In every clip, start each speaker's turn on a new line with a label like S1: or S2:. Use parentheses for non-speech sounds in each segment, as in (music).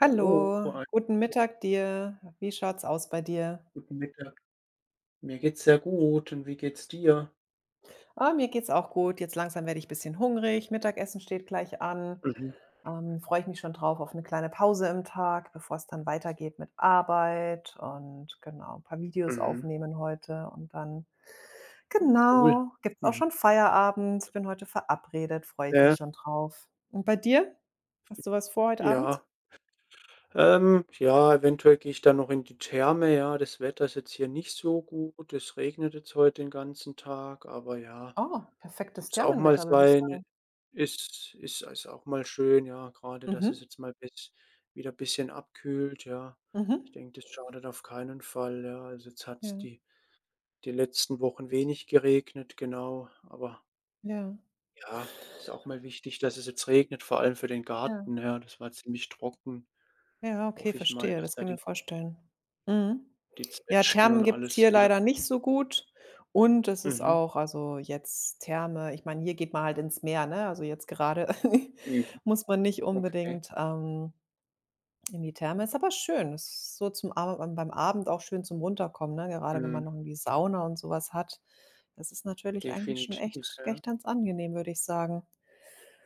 S1: Hallo,
S2: Hallo,
S1: einen
S2: guten Mittag dir. Wie schaut's aus bei dir?
S1: guten Mittag. Mir geht's sehr gut und wie geht's dir?
S2: Ah, mir geht's auch gut. Jetzt langsam werde ich ein bisschen hungrig. Mittagessen steht gleich an.
S1: Mhm,
S2: Freue ich mich schon drauf auf eine kleine Pause im Tag, bevor es dann weitergeht mit Arbeit und genau, ein paar Videos
S1: mhm.
S2: aufnehmen heute und dann
S1: Oh, cool.
S2: genau, gibt's auch
S1: Mhm.
S2: schon Feierabend. Bin heute verabredet, freue ich mich
S1: Äh,
S2: schon drauf. Und bei dir? Hast du was vor heute Abend?
S1: ja. Ja, eventuell gehe ich dann noch in die Therme, ja. Das Wetter ist jetzt hier nicht so gut. Es regnet jetzt heute den ganzen Tag, aber ja,
S2: Oh, perfektes
S1: muss auch mal
S2: Thermenwetter, würde ich
S1: sein.
S2: sagen.
S1: Ist auch mal schön, ja, gerade dass es
S2: Mhm.
S1: jetzt mal bis wieder ein bisschen abkühlt, ja. Ich
S2: Mhm.
S1: denke, das schadet auf keinen Fall, ja. Also, jetzt hat's
S2: Ja,
S1: die die letzten Wochen wenig geregnet, genau. Aber
S2: ja,
S1: ja, ist auch mal wichtig, dass es jetzt regnet, vor allem für den
S2: ja.
S1: Garten, ja. Das war ziemlich trocken.
S2: Ja, okay,
S1: Hoffe ich mal,
S2: verstehe.
S1: dass
S2: Das
S1: da
S2: kann ich mir
S1: die
S2: vorstellen. Mhm.
S1: die
S2: Ja,
S1: Zwetschgen
S2: Thermen
S1: und
S2: gibt's
S1: alles
S2: hier
S1: wieder
S2: leider nicht so gut, und es ist
S1: mhm,
S2: auch, also jetzt Therme, ich meine, hier geht man halt ins Meer, ne? Also, jetzt gerade (laughs)
S1: üben.
S2: muss man nicht
S1: Okay.
S2: unbedingt, in die Therme. Ist aber schön. Ist so zum Ab beim Abend auch schön zum Runterkommen, ne? Gerade wenn man
S1: Mhm,
S2: noch irgendwie Sauna und sowas hat. Das ist natürlich eigentlich schon
S1: definitiv,
S2: echt
S1: ja.
S2: echt ganz angenehm, würde ich sagen.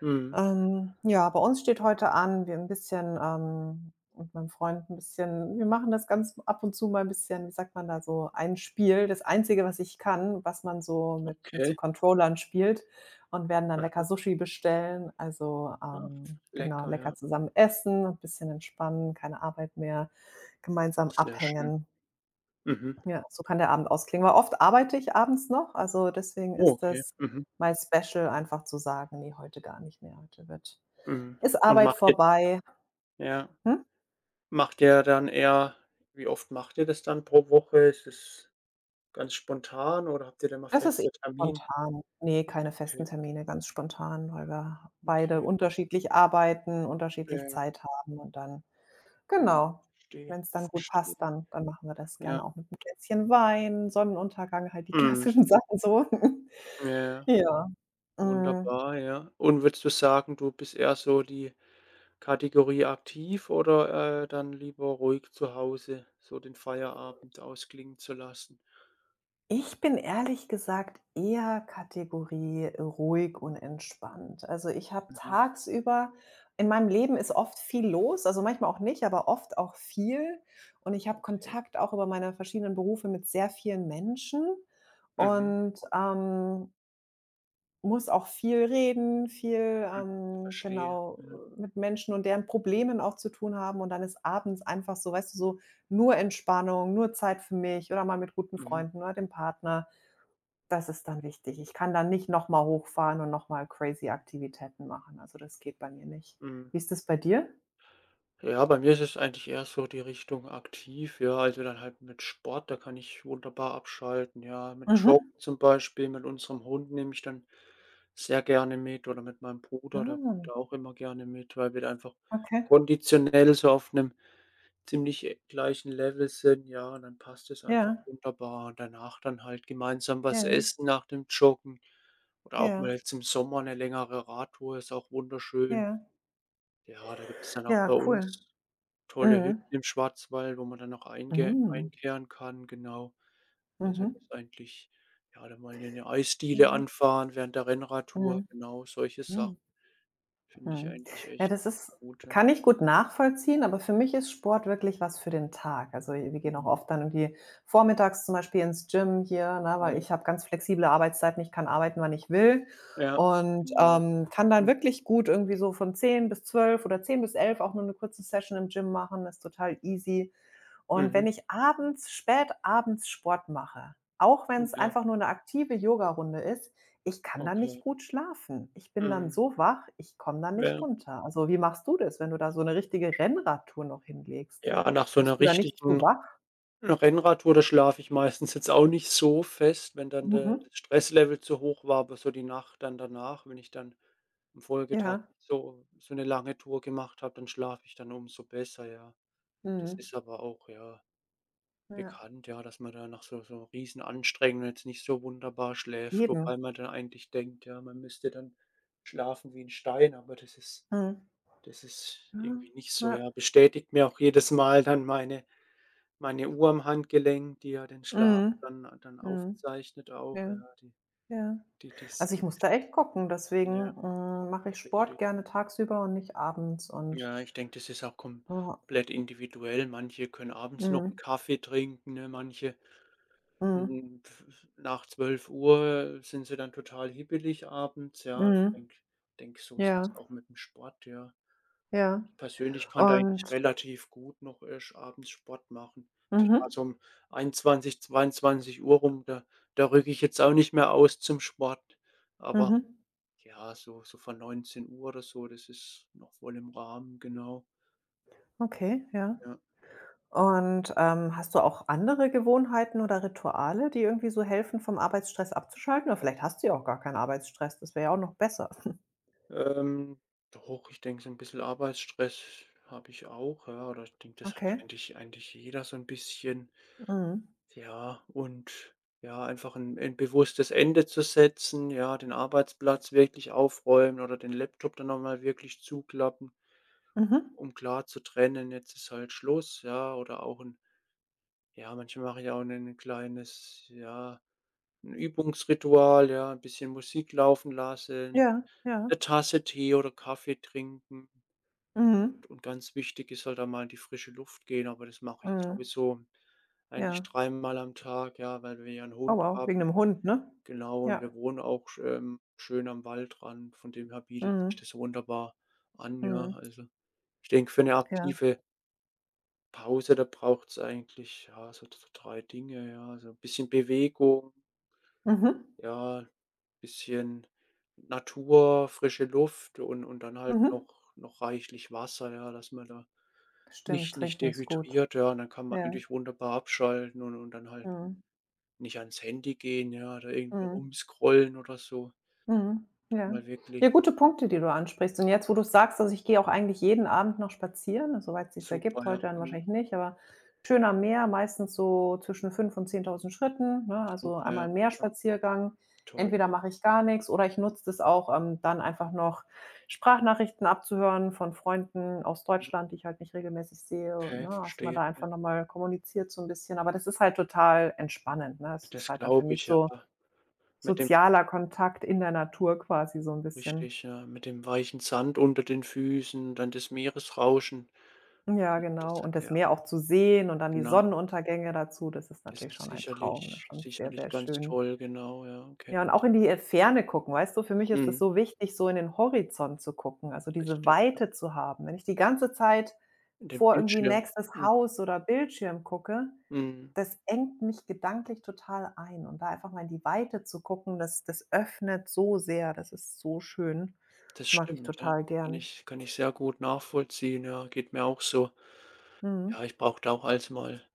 S1: Mhm,
S2: Ja, bei uns steht heute an, wir ein bisschen, mit meinem Freund ein bisschen, wir machen das ganz ab und zu mal ein bisschen, wie sagt man da so, ein Spiel. Das Einzige, was ich kann, was man so mit so
S1: okay.
S2: Controllern spielt, und werden dann lecker Sushi bestellen. Also,
S1: Aha,
S2: genau,
S1: lecker,
S2: lecker
S1: ja.
S2: zusammen essen, ein bisschen entspannen, keine Arbeit mehr, gemeinsam
S1: Sehr schön.
S2: abhängen.
S1: Mhm.
S2: Ja, so kann der Abend ausklingen, weil oft arbeite ich abends noch, also deswegen
S1: Oh,
S2: ist
S1: okay.
S2: das
S1: Mhm,
S2: mein Special, einfach zu sagen: nee, heute gar nicht mehr. Heute wird,
S1: mhm.
S2: ist
S1: Und
S2: Arbeit
S1: macht ihr
S2: vorbei?
S1: ja,
S2: Hm?
S1: macht ihr dann eher wie oft macht ihr das dann pro Woche? Ist es ganz spontan oder habt ihr da immer
S2: Das ist eher
S1: feste Termine?
S2: spontan. Ne, keine festen
S1: Okay,
S2: Termine, ganz spontan, weil wir beide
S1: okay.
S2: unterschiedlich arbeiten,
S1: Ja,
S2: unterschiedlich
S1: ja.
S2: Zeit haben, und dann
S1: Mhm.
S2: genau,
S1: Verstehe,
S2: wenn's dann gut
S1: verstehe.
S2: passt, dann machen wir das
S1: Ja.
S2: gerne auch mit 'nem Gläschen Wein, Sonnenuntergang, halt die (laughs)
S1: Mhm.
S2: klassischen Sachen so.
S1: Ja, ja.
S2: Ja. Mhm.
S1: Wunderbar, ja. Und würdest du sagen, du bist eher so die Kategorie aktiv oder, dann lieber ruhig zu Hause, so den Feierabend ausklingen zu lassen?
S2: Ich bin ehrlich gesagt eher Kategorie ruhig und entspannt. Also, ich habe
S1: Mhm.
S2: tagsüber, in meinem Leben ist oft viel los, also, manchmal auch nicht, aber oft auch viel. Und ich habe
S1: Okay.
S2: Kontakt auch über meine verschiedenen Berufe mit sehr vielen Menschen
S1: Mhm.
S2: und, muss auch viel reden, viel,
S1: Mhm. Verstehe.
S2: genau,
S1: Ja.
S2: mit Menschen und deren Problemen auch zu tun haben. Und dann ist abends einfach so, weißt du, so nur Entspannung, nur Zeit für mich oder mal mit guten
S1: Mhm.
S2: Freunden oder dem Partner. Das ist dann wichtig. Ich kann dann nicht noch mal hochfahren und noch mal crazy Aktivitäten machen. Also, das geht bei mir nicht.
S1: Mhm.
S2: Wie ist das bei dir?
S1: Ja, bei mir ist es eigentlich eher so die Richtung aktiv, ja, also dann halt mit Sport, da kann ich wunderbar abschalten, ja. Mit Joggen
S2: Mhm.
S1: zum Beispiel, mit unserem Hund nehme ich dann sehr gerne mit oder mit meinem Bruder, der kommt
S2: Ah,
S1: da auch immer gerne mit, weil wir da einfach
S2: okay.
S1: konditionell so auf einem ziemlich, gleichen Level sind, ja, und dann passt es einfach
S2: Ja,
S1: wunderbar. Und danach dann halt gemeinsam was
S2: ja,
S1: essen nach dem Joggen oder auch mal
S2: ja,
S1: jetzt im Sommer eine längere Radtour ist auch wunderschön.
S2: ja.
S1: Ja, da gibt es dann auch bei
S2: Ja, cool.
S1: uns tolle Hütten
S2: Mhm.
S1: im Schwarzwald, wo man dann auch einge
S2: Mhm.
S1: einkehren kann, genau. Also,
S2: Mhm.
S1: das eigentlich ja, dann mal 'ne Eisdiele
S2: Mhm.
S1: anfahren während der Rennradtour,
S2: Mhm.
S1: genau, solche
S2: Mhm.
S1: Sachen finde ich
S2: Mhm.
S1: eigentlich
S2: Ja,
S1: echt
S2: das ist,
S1: gut, ja.
S2: kann ich gut nachvollziehen, aber für mich ist Sport wirklich was für den Tag. Also, wir gehen auch
S1: Mhm.
S2: oft dann irgendwie vormittags zum Beispiel ins Gym hier, ne, weil
S1: Ja,
S2: ich habe ganz flexible Arbeitszeiten. Ich kann arbeiten, wann ich
S1: cool.
S2: will,
S1: Ja,
S2: und,
S1: ja.
S2: kann dann
S1: Mhm.
S2: wirklich gut irgendwie so von 10 bis 12 oder 10 bis 11 auch nur eine kurze Session im Gym machen. Das ist total easy. Und wenn
S1: Mhm.
S2: ich abends, spät abends Sport mache, auch wenn es
S1: Ja,
S2: einfach nur eine aktive Yogarunde ist, ich kann dann nicht
S1: okay.
S2: gut schlafen. Ich bin dann
S1: Mhm.
S2: so wach, ich komme dann nicht
S1: Ja.
S2: runter. Also, wie machst du das, wenn du da so eine richtige Rennradtour noch hinlegst?
S1: Ja, nach so
S2: Bist
S1: 'ner
S2: du da nicht zu
S1: richtigen
S2: wach?
S1: Rennradtour, da schlafe ich meistens jetzt auch nicht so fest, wenn dann der
S2: Mhm.
S1: das Stresslevel zu hoch war, aber so die Nacht dann danach, wenn ich dann am Folgetag
S2: Ja.
S1: so eine lange Tour gemacht habe, dann schlafe ich dann umso besser, ja. Das
S2: Mhm.
S1: ist aber auch, ja,
S2: Ja.
S1: bekannt, ja, dass man da nach so Riesenanstrengungen jetzt nicht so wunderbar schläft,
S2: Eben.
S1: wobei man dann eigentlich denkt, ja, man müsste dann schlafen wie ein Stein, aber das ist
S2: Mhm.
S1: das ist irgendwie
S2: Mhm.
S1: nicht so, ja.
S2: Ja.
S1: Bestätigt mir auch jedes Mal dann meine Uhr am Handgelenk, die ja den Schlaf
S2: Mhm.
S1: dann
S2: Mhm.
S1: aufzeichnet auch,
S2: Ja,
S1: ja, die
S2: ja.
S1: die die s
S2: Also, ich muss da echt gucken,
S1: ja,
S2: deswegen mache ich Sport
S1: richtig.
S2: gerne tagsüber und nicht abends und
S1: Ja, ich denke, das ist auch
S2: ja.
S1: komplett individuell. Manche können abends noch 'n
S2: Mhm.
S1: Kaffee trinken, ne? Manche
S2: Mhm.
S1: Hm, pf nach 12 Uhr sind sie dann total hibbelig abends, ja. Ich
S2: Mhm.
S1: denke denke, so ist es
S2: Ja,
S1: auch mit dem Sport, ja.
S2: ja.
S1: Ich persönlich kann da eigentlich
S2: Und
S1: relativ gut noch erst abends Sport machen. Klar,
S2: mhm,
S1: so um 21, 22 Uhr rum, da rücke ich jetzt auch nicht mehr aus zum Sport. Aber
S2: mhm.
S1: ja, so so von 19 Uhr oder so, das ist noch voll im Rahmen, genau,
S2: Okay, ja.
S1: ja.
S2: Und, hast du auch andere Gewohnheiten oder Rituale, die irgendwie so helfen, vom Arbeitsstress abzuschalten? Oder vielleicht hast du ja auch gar keinen Arbeitsstress, das wäre ja auch noch besser. (laughs)
S1: Ähm, doch, ich denke, so ein bisschen Arbeitsstress habe ich auch, ja, oder ich denke, das hat
S2: Okay.
S1: eigentlich jeder so ein bisschen.
S2: Mhm.
S1: Ja, und ja, einfach ein 'n bewusstes Ende zu setzen, ja, den Arbeitsplatz wirklich aufräumen oder den Laptop dann noch mal wirklich zuklappen,
S2: Mhm.
S1: um klar zu trennen: „Jetzt ist halt Schluss“, ja, oder auch ein ja, manchmal mache ich auch ein 'nen kleines, ja ein Übungsritual, ja, ein bisschen Musik laufen lassen,
S2: Ja, ja.
S1: eine Tasse Tee oder Kaffee trinken.
S2: Mhm.
S1: Und ganz wichtig ist halt da mal in die frische Luft gehen, aber das mache ich
S2: Mhm.
S1: sowieso eigentlich
S2: Ja.
S1: dreimal am Tag, ja, weil wir ja einen
S2: Oh
S1: Hund
S2: wow, wegen
S1: haben,
S2: dem Hund, ne?
S1: genau, und
S2: Ja.
S1: wir wohnen auch schön am Waldrand, von dem her bietet sich
S2: Mhm.
S1: das wunderbar an, ja.
S2: Mhm.
S1: Also, ich denke, für eine
S2: Ja.
S1: aktive Pause, da braucht es eigentlich, ja, so so 3 Dinge, ja, so ein bisschen Bewegung
S2: Mhm.
S1: ja, bisschen Natur, frische Luft und dann halt
S2: Mhm.
S1: noch noch reichlich Wasser, ja, dass man da
S2: Stimmt,
S1: nicht
S2: trinken ist gut.
S1: dehydriert, ja, und dann kann man
S2: Ja.
S1: eigentlich wunderbar abschalten und dann halt
S2: Mhm.
S1: nicht ans Handy gehen, ja, oder irgendwie
S2: Mhm.
S1: rumscrollen oder so.
S2: Mhm,
S1: Dann
S2: ja.
S1: mal wirklich
S2: Ja, gute Punkte, die du ansprichst. Und jetzt, wo du sagst, also, ich gehe auch eigentlich jeden Abend noch spazieren, also soweit sich's
S1: super,
S2: ergibt,
S1: ja.
S2: heute dann
S1: Mhm.
S2: wahrscheinlich nicht, aber schön am Meer, meistens so zwischen 5 und 10.000 Schritten, ne? Also,
S1: Super,
S2: einmal
S1: ja.
S2: 'n
S1: Ja,
S2: Meerspaziergang.
S1: toll.
S2: Entweder mache ich gar nichts oder ich nutze das auch, dann einfach noch Sprachnachrichten abzuhören von Freunden aus
S1: Mhm.
S2: Deutschland, die ich halt nicht regelmäßig sehe, und,
S1: Okay,
S2: ne, dass man
S1: verstehe,
S2: da
S1: ja.
S2: einfach noch mal kommuniziert so ein bisschen. Aber das ist halt total entspannend, ne? Es ist
S1: Das
S2: halt dann für
S1: glaube
S2: mich
S1: ich, ja.
S2: so
S1: Mit dem
S2: sozialer Kontakt in der Natur quasi so 'n bisschen.
S1: richtig, ja, mit dem weichen Sand unter den Füßen, dann das Meeresrauschen.
S2: Ja, genau.
S1: Das hat
S2: Und das
S1: ja,
S2: Meer auch zu sehen und dann die
S1: genau.
S2: Sonnenuntergänge dazu, das ist
S1: Das
S2: natürlich
S1: ist
S2: schon ein Traum, ne,
S1: sicherlich
S2: schon sehr,
S1: sicherlich
S2: sehr
S1: ganz
S2: schön.
S1: toll, genau, ja, kenne
S2: Ja, und auch
S1: ich.
S2: in die, Ferne gucken, weißt du? Für mich ist es
S1: Mhm,
S2: so wichtig, so in den Horizont zu gucken, also diese
S1: richtig, ja.
S2: Weite zu haben. Wenn ich die ganze Zeit
S1: Der
S2: vor irgendwie
S1: Bildschirm.
S2: nächstes
S1: Mhm,
S2: Haus oder Bildschirm gucke,
S1: mhm,
S2: das engt mich gedanklich total ein. Und da einfach mal in die Weite zu gucken, das öffnet so sehr, das ist so schön.
S1: das
S2: Mag ich
S1: stimmt, ja.
S2: total
S1: Kann
S2: gern.
S1: ich kann ich sehr gut nachvollziehen, ja, geht mir auch so.
S2: Mhm.
S1: Ja, ich brauche da auch alles mal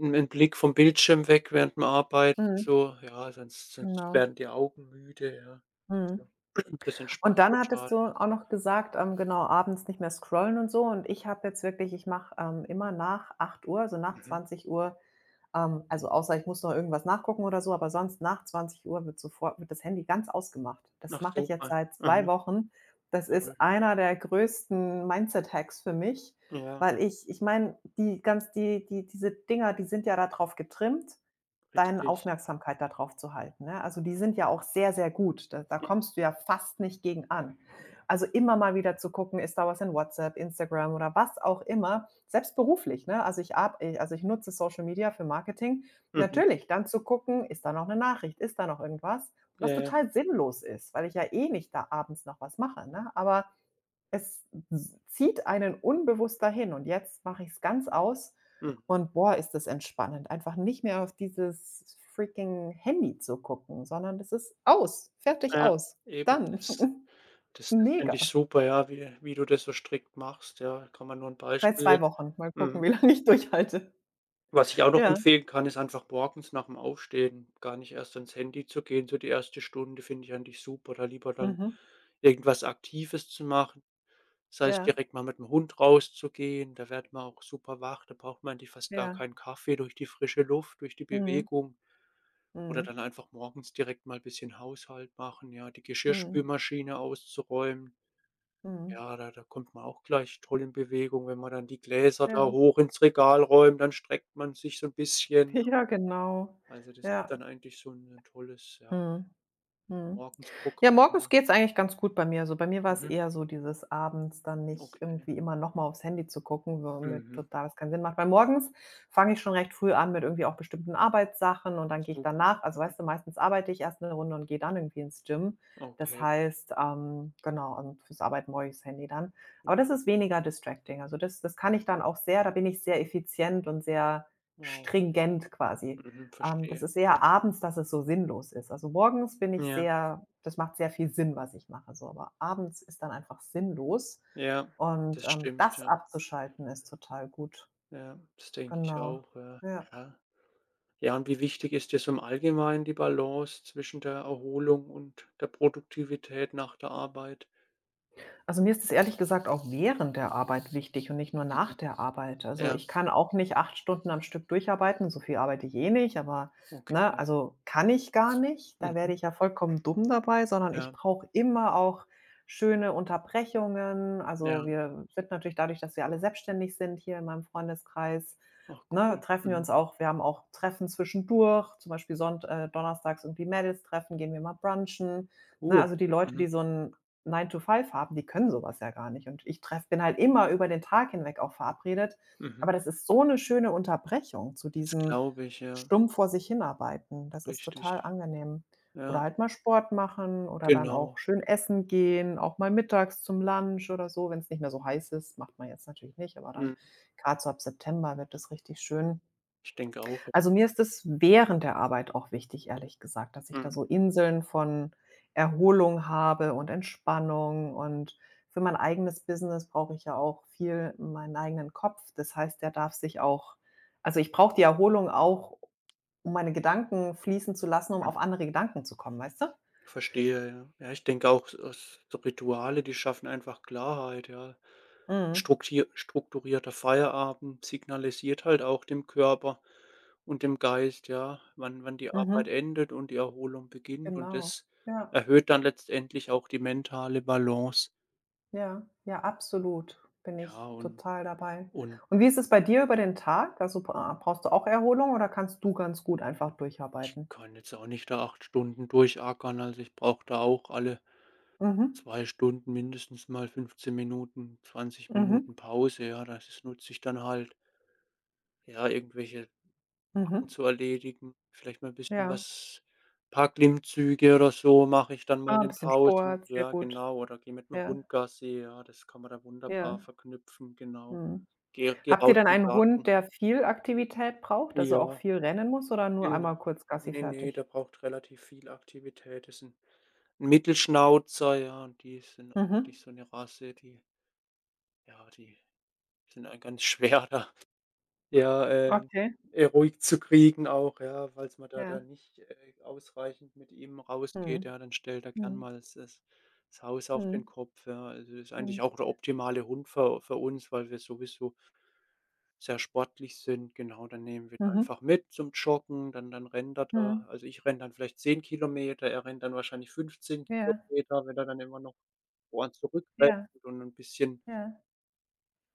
S1: 'n 'nen Blick vom Bildschirm weg während dem Arbeiten
S2: Mhm,
S1: so, ja, sonst
S2: genau.
S1: werden die Augen müde, ja.
S2: Mhm.
S1: Ja, (clears throat) das
S2: Und
S1: entspannt
S2: dann hattest
S1: total.
S2: du auch noch gesagt, genau, abends nicht mehr scrollen und so. Und ich habe jetzt wirklich, ich mache, immer nach 8 Uhr, also nach
S1: Mhm.
S2: 20:00, also außer ich muss noch irgendwas nachgucken oder so, aber sonst nach 20 Uhr wird sofort, wird das Handy ganz ausgemacht. Das
S1: Ach
S2: mache ich jetzt
S1: super.
S2: seit zwei
S1: Mhm,
S2: Wochen. Das
S1: toll.
S2: ist einer der größten Mindset-Hacks für mich,
S1: Ja,
S2: weil ich meine, die ganz diese Dinger, die sind ja darauf getrimmt, deine
S1: richtig.
S2: Aufmerksamkeit da drauf zu halten, ne? Also, die sind ja auch sehr, sehr gut. Da
S1: Mhm,
S2: kommst du ja fast nicht gegen an. Also, immer mal wieder zu gucken, ist da was in WhatsApp, Instagram oder was auch immer, selbst beruflich, ne? Also, ich ab also, ich nutze Social Media für Marketing.
S1: mhm,
S2: Natürlich, dann zu gucken, ist da noch eine Nachricht, ist da noch irgendwas,
S1: ja,
S2: was
S1: ja,
S2: total sinnlos ist, weil ich ja eh nicht da abends noch was mache, ne? Aber es zieht einen unbewusst dahin, und jetzt mache ich es ganz aus,
S1: mhm,
S2: und boah, ist das entspannend, einfach nicht mehr auf dieses freaking Handy zu gucken, sondern das ist aus, fertig,
S1: ja,
S2: aus.
S1: eben,
S2: Dann (laughs)
S1: das das finde ich
S2: Mega.
S1: super, ja, wie du das so strikt machst, ja. Kann man nur ein
S2: Seit
S1: Beispiel
S2: 2 Wochen. Mal gucken,
S1: mhm.
S2: wie (laughs) lange ich durchhalte.
S1: Was ich auch noch
S2: Ja.
S1: empfehlen kann, ist einfach morgens nach dem Aufstehen gar nicht erst ans Handy zu gehen. So die erste Stunde finde ich eigentlich super, da lieber dann
S2: Mhm.
S1: irgendwas Aktives zu machen. Das heißt,
S2: Ja,
S1: direkt mal mit dem Hund rauszugehen, da wird man auch super wach, da braucht man eigentlich fast gar
S2: ja.
S1: keinen Kaffee durch die frische Luft, durch die
S2: Mhm.
S1: Bewegung. Oder
S2: Mhm.
S1: dann einfach morgens direkt mal ein bisschen Haushalt machen, ja, die
S2: Mhm.
S1: Geschirrspülmaschine auszuräumen.
S2: Mhm.
S1: Ja, da kommt man auch gleich toll in Bewegung, wenn man dann die Gläser da
S2: Ja.
S1: hoch ins Regal räumt, dann streckt man sich so ein bisschen.
S2: (laughs) Ja, genau.
S1: Also, das ist
S2: Ja.
S1: dann eigentlich so 'n tolles, ja,
S2: Mhm. Mhm. Ja,
S1: Morgensprogramm,
S2: morgens
S1: ja.
S2: geht's eigentlich ganz gut bei mir. Also, bei mir war es
S1: Mhm,
S2: eher so dieses, abends dann nicht
S1: okay.
S2: irgendwie immer noch mal aufs Handy zu gucken, womit
S1: Mhm,
S2: total das keinen Sinn macht. Weil morgens fange ich schon recht früh an mit irgendwie auch bestimmten Arbeitssachen, und dann gehe ich
S1: super.
S2: danach, also,
S1: Mhm,
S2: weißt du, meistens arbeite ich erst eine Runde und gehe dann irgendwie ins Gym. Das
S1: okay.
S2: heißt, genau, und fürs Arbeiten brauche ich das Handy dann. Aber
S1: Ja,
S2: das ist weniger distracting. Also, das kann ich dann auch sehr, da bin ich sehr effizient und sehr
S1: wow.
S2: stringent quasi.
S1: Mhm,
S2: Das
S1: verstehe.
S2: ist eher abends, dass es so sinnlos ist. Also, morgens bin ich
S1: Ja,
S2: sehr, das macht sehr viel Sinn, was ich mache so, aber abends ist dann einfach sinnlos
S1: ja,
S2: und,
S1: das stimmt,
S2: das
S1: ja.
S2: abzuschalten ist total gut.
S1: Ja, das denke ich
S2: Genau.
S1: auch, ja.
S2: Ja.
S1: Ja. Ja, und wie wichtig ist dir so im Allgemeinen die Balance zwischen der Erholung und der Produktivität nach der Arbeit?
S2: Also, mir ist es ehrlich gesagt auch während der Arbeit wichtig und nicht nur nach
S1: Mhm.
S2: der Arbeit. Also,
S1: Ja,
S2: ich kann auch nicht 8 Stunden am Stück durcharbeiten, so viel arbeite ich eh nicht, aber
S1: okay.
S2: ne, also, kann ich gar nicht, da
S1: Mhm.
S2: werde ich ja vollkommen dumm dabei, sondern ich
S1: Ja,
S2: brauche immer auch schöne Unterbrechungen.
S1: ja.
S2: Also, wir sind natürlich dadurch, dass wir alle selbstständig sind hier in meinem Freundeskreis,
S1: Ach
S2: ne,
S1: cool.
S2: treffen wir
S1: Mhm.
S2: uns auch, wir haben auch Treffen zwischendurch, zum Beispiel sonnt donnerstags irgendwie Mädels-Treffen, gehen wir mal brunchen. Ne,
S1: Cool.
S2: also die Leute,
S1: Mhm,
S2: die so 'n nine to five haben, die können so was ja gar nicht. Und ich treffe bin halt immer über den Tag hinweg auch verabredet,
S1: mhm.
S2: aber das ist so 'ne schöne Unterbrechung zu
S1: Das
S2: diesem
S1: glaube ich, ja.
S2: stumpf vor sich hinarbeiten. Das ist total
S1: Richtig.
S2: angenehm. Oder
S1: Ja,
S2: halt mal Sport machen oder dann auch
S1: genau.
S2: schön essen gehen, auch mal mittags zum Lunch oder so, wenn's nicht mehr so heiß ist. Macht man jetzt natürlich nicht, aber dann
S1: Mhm.
S2: gerade so ab September wird es richtig schön.
S1: Ich denke auch, ja.
S2: Also, mir ist es während der Arbeit auch wichtig, ehrlich gesagt, dass ich da
S1: Mhm,
S2: so Inseln von Erholung habe und Entspannung, und für mein eigenes Business brauche ich ja auch viel meinen eigenen Kopf. Das heißt, der darf sich auch, also, ich brauche die Erholung auch, um meine Gedanken fließen zu lassen, um auf
S1: mhm.
S2: andere Gedanken zu kommen, weißt du?
S1: Verstehe, ja. Ja, ich denke auch, s so Rituale, die schaffen einfach Klarheit, ja. 'N
S2: Mhm.
S1: struktier strukturierter Feierabend signalisiert halt auch dem Körper und dem Geist, ja, wann die Arbeit
S2: Mhm.
S1: endet und die Erholung beginnt und
S2: Genau.
S1: das
S2: Ja.
S1: erhöht dann letztendlich auch die mentale Balance.
S2: Ja, ja, absolut. Bin ich
S1: Ja,
S2: total dabei.
S1: und
S2: Und wie ist es bei dir über den Tag? Also, brauchst du auch Erholung oder kannst du ganz gut einfach
S1: Ich
S2: durcharbeiten?
S1: kann jetzt auch nicht da 8 Stunden durchackern. Also, ich brauche da auch alle
S2: Mhm.
S1: 2 Stunden mindestens mal 15 Minuten, 20
S2: Mhm.
S1: Minuten Pause, ja. Das nutze ich dann halt, ja, irgendwelche Sachen
S2: Mhm.
S1: zu erledigen. Vielleicht mal ein bisschen
S2: Ja.
S1: was paar Klimmzüge oder so mache ich dann mal
S2: Ah,
S1: in
S2: ein
S1: den
S2: bisschen
S1: Pausen.
S2: Sport, sehr
S1: Ja,
S2: gut.
S1: genau. Oder gehe mit 'nem
S2: Ja,
S1: Hund Gassi, ja, das kann man da wunderbar
S2: ja.
S1: verknüpfen, genau.
S2: Mhm.
S1: Gehe
S2: Habt ihr
S1: raus
S2: denn
S1: in den
S2: einen Hund,
S1: Garten.
S2: der viel Aktivität braucht, also auch
S1: Ja.
S2: viel rennen muss, oder nur
S1: Genau.
S2: einmal kurz Gassi
S1: Ne, ne,
S2: fertig?
S1: der braucht relativ viel Aktivität. Das ist 'n Mittelschnauzer, ja, und die sind
S2: Mhm.
S1: eigentlich so eine Rasse, die ja, die sind, ein ganz schwer da ja,
S2: Okay,
S1: ruhig zu kriegen auch, ja, falls man da
S2: ja.
S1: dann nicht, ausreichend mit ihm rausgeht,
S2: Mhm.
S1: ja, dann stellt er gern
S2: Mhm.
S1: mal das Haus auf den
S2: Mhm.
S1: Kopf, ja. Also, das ist eigentlich
S2: Mhm.
S1: auch der optimale Hund für uns, weil wir sowieso sehr sportlich sind. Genau, dann nehmen wir ihn
S2: Mhm.
S1: einfach mit zum Joggen, dann rennt er da.
S2: Mhm.
S1: Also, ich renne dann vielleicht 10 Kilometer er rennt dann wahrscheinlich fünfzehn
S2: Ja,
S1: Kilometer wenn er dann immer noch, woanders zurückrennt
S2: ja,
S1: und ein bisschen
S2: ja.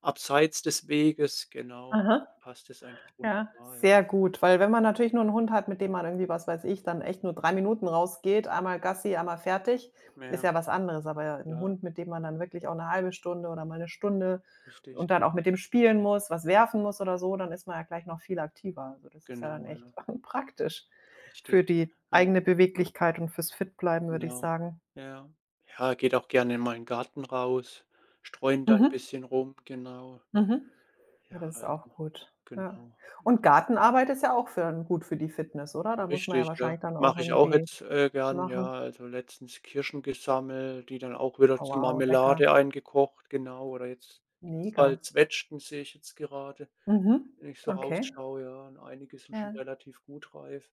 S1: abseits des Weges, genau,
S2: Aha.
S1: passt es eigentlich
S2: Ja,
S1: wunderbar, ja.
S2: sehr gut, weil wenn man natürlich nur 'n Hund hat, mit dem man irgendwie, was weiß ich, dann echt nur 3 Minuten rausgeht, einmal Gassi, einmal fertig, ist
S1: Ja,
S2: ja was anderes. Aber ja, 'n
S1: ja,
S2: Hund, mit dem man dann wirklich auch 'ne halbe Stunde oder mal 'ne Stunde
S1: richtig,
S2: und
S1: ja.
S2: dann auch mit dem spielen muss, was werfen muss oder so, dann ist man ja gleich noch viel aktiver. Also, das ist ja dann
S1: Genau,
S2: echt
S1: ja,
S2: (laughs) praktisch
S1: richtig.
S2: für die
S1: Ja,
S2: eigene Beweglichkeit und fürs Fitbleiben, würde ich
S1: genau.
S2: sagen.
S1: Ja. Ja, geht auch gerne in meinen Garten raus, streuen da 'n
S2: Mhm,
S1: bisschen rum, genau.
S2: mhm. Ja,
S1: Ja,
S2: das ist auch
S1: also,
S2: gut, ja.
S1: genau. Also,
S2: Und Gartenarbeit ist ja auch für gut für die Fitness, oder? Da muss man ja
S1: richtig, ja.
S2: wahrscheinlich dann auch
S1: Mache ich auch
S2: irgendwie
S1: jetzt, gern, ja.
S2: machen.
S1: Also, letztens Kirschen gesammelt, die dann auch wieder
S2: Oh
S1: zu
S2: wow, lecker.
S1: Marmelade eingekocht, genau. Oder jetzt gibt's
S2: Mega.
S1: bald Zwetschgen, sehe ich jetzt gerade.
S2: Mhm.
S1: Wenn ich so
S2: Okay.
S1: rausschaue, ja, und einige sind schon
S2: Ja.
S1: relativ gut reif,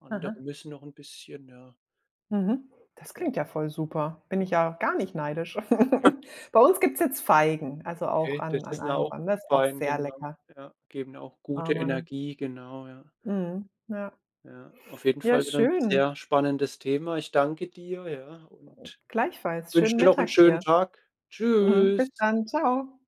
S1: andere
S2: Aha.
S1: müssen noch 'n bisschen, ja.
S2: Mhm. Das
S1: Ja,
S2: klingt ja voll super. Bin ich ja
S1: genau.
S2: gar nicht neidisch. (laughs) Bei uns gibt's jetzt Feigen, also auch
S1: Okay, das
S2: an
S1: ist mir
S2: allen
S1: auch
S2: Bäumen. Das ist auch
S1: aufgefallen,
S2: sehr
S1: genau.
S2: lecker.
S1: Ja, geben auch
S2: Oh
S1: gute
S2: Mann.
S1: Energie, genau, ja.
S2: Mhm. Ja.
S1: Ja, auf jeden
S2: Ja,
S1: Fall wieder 'n
S2: schön.
S1: sehr spannendes Thema. Ich danke dir, ja, und
S2: Gleichfalls.
S1: wünsche
S2: Schönen
S1: dir noch 'n
S2: Mittag
S1: schönen
S2: dir.
S1: Tag.
S2: Mhm.
S1: Tschüss.
S2: Bis dann. Ciao.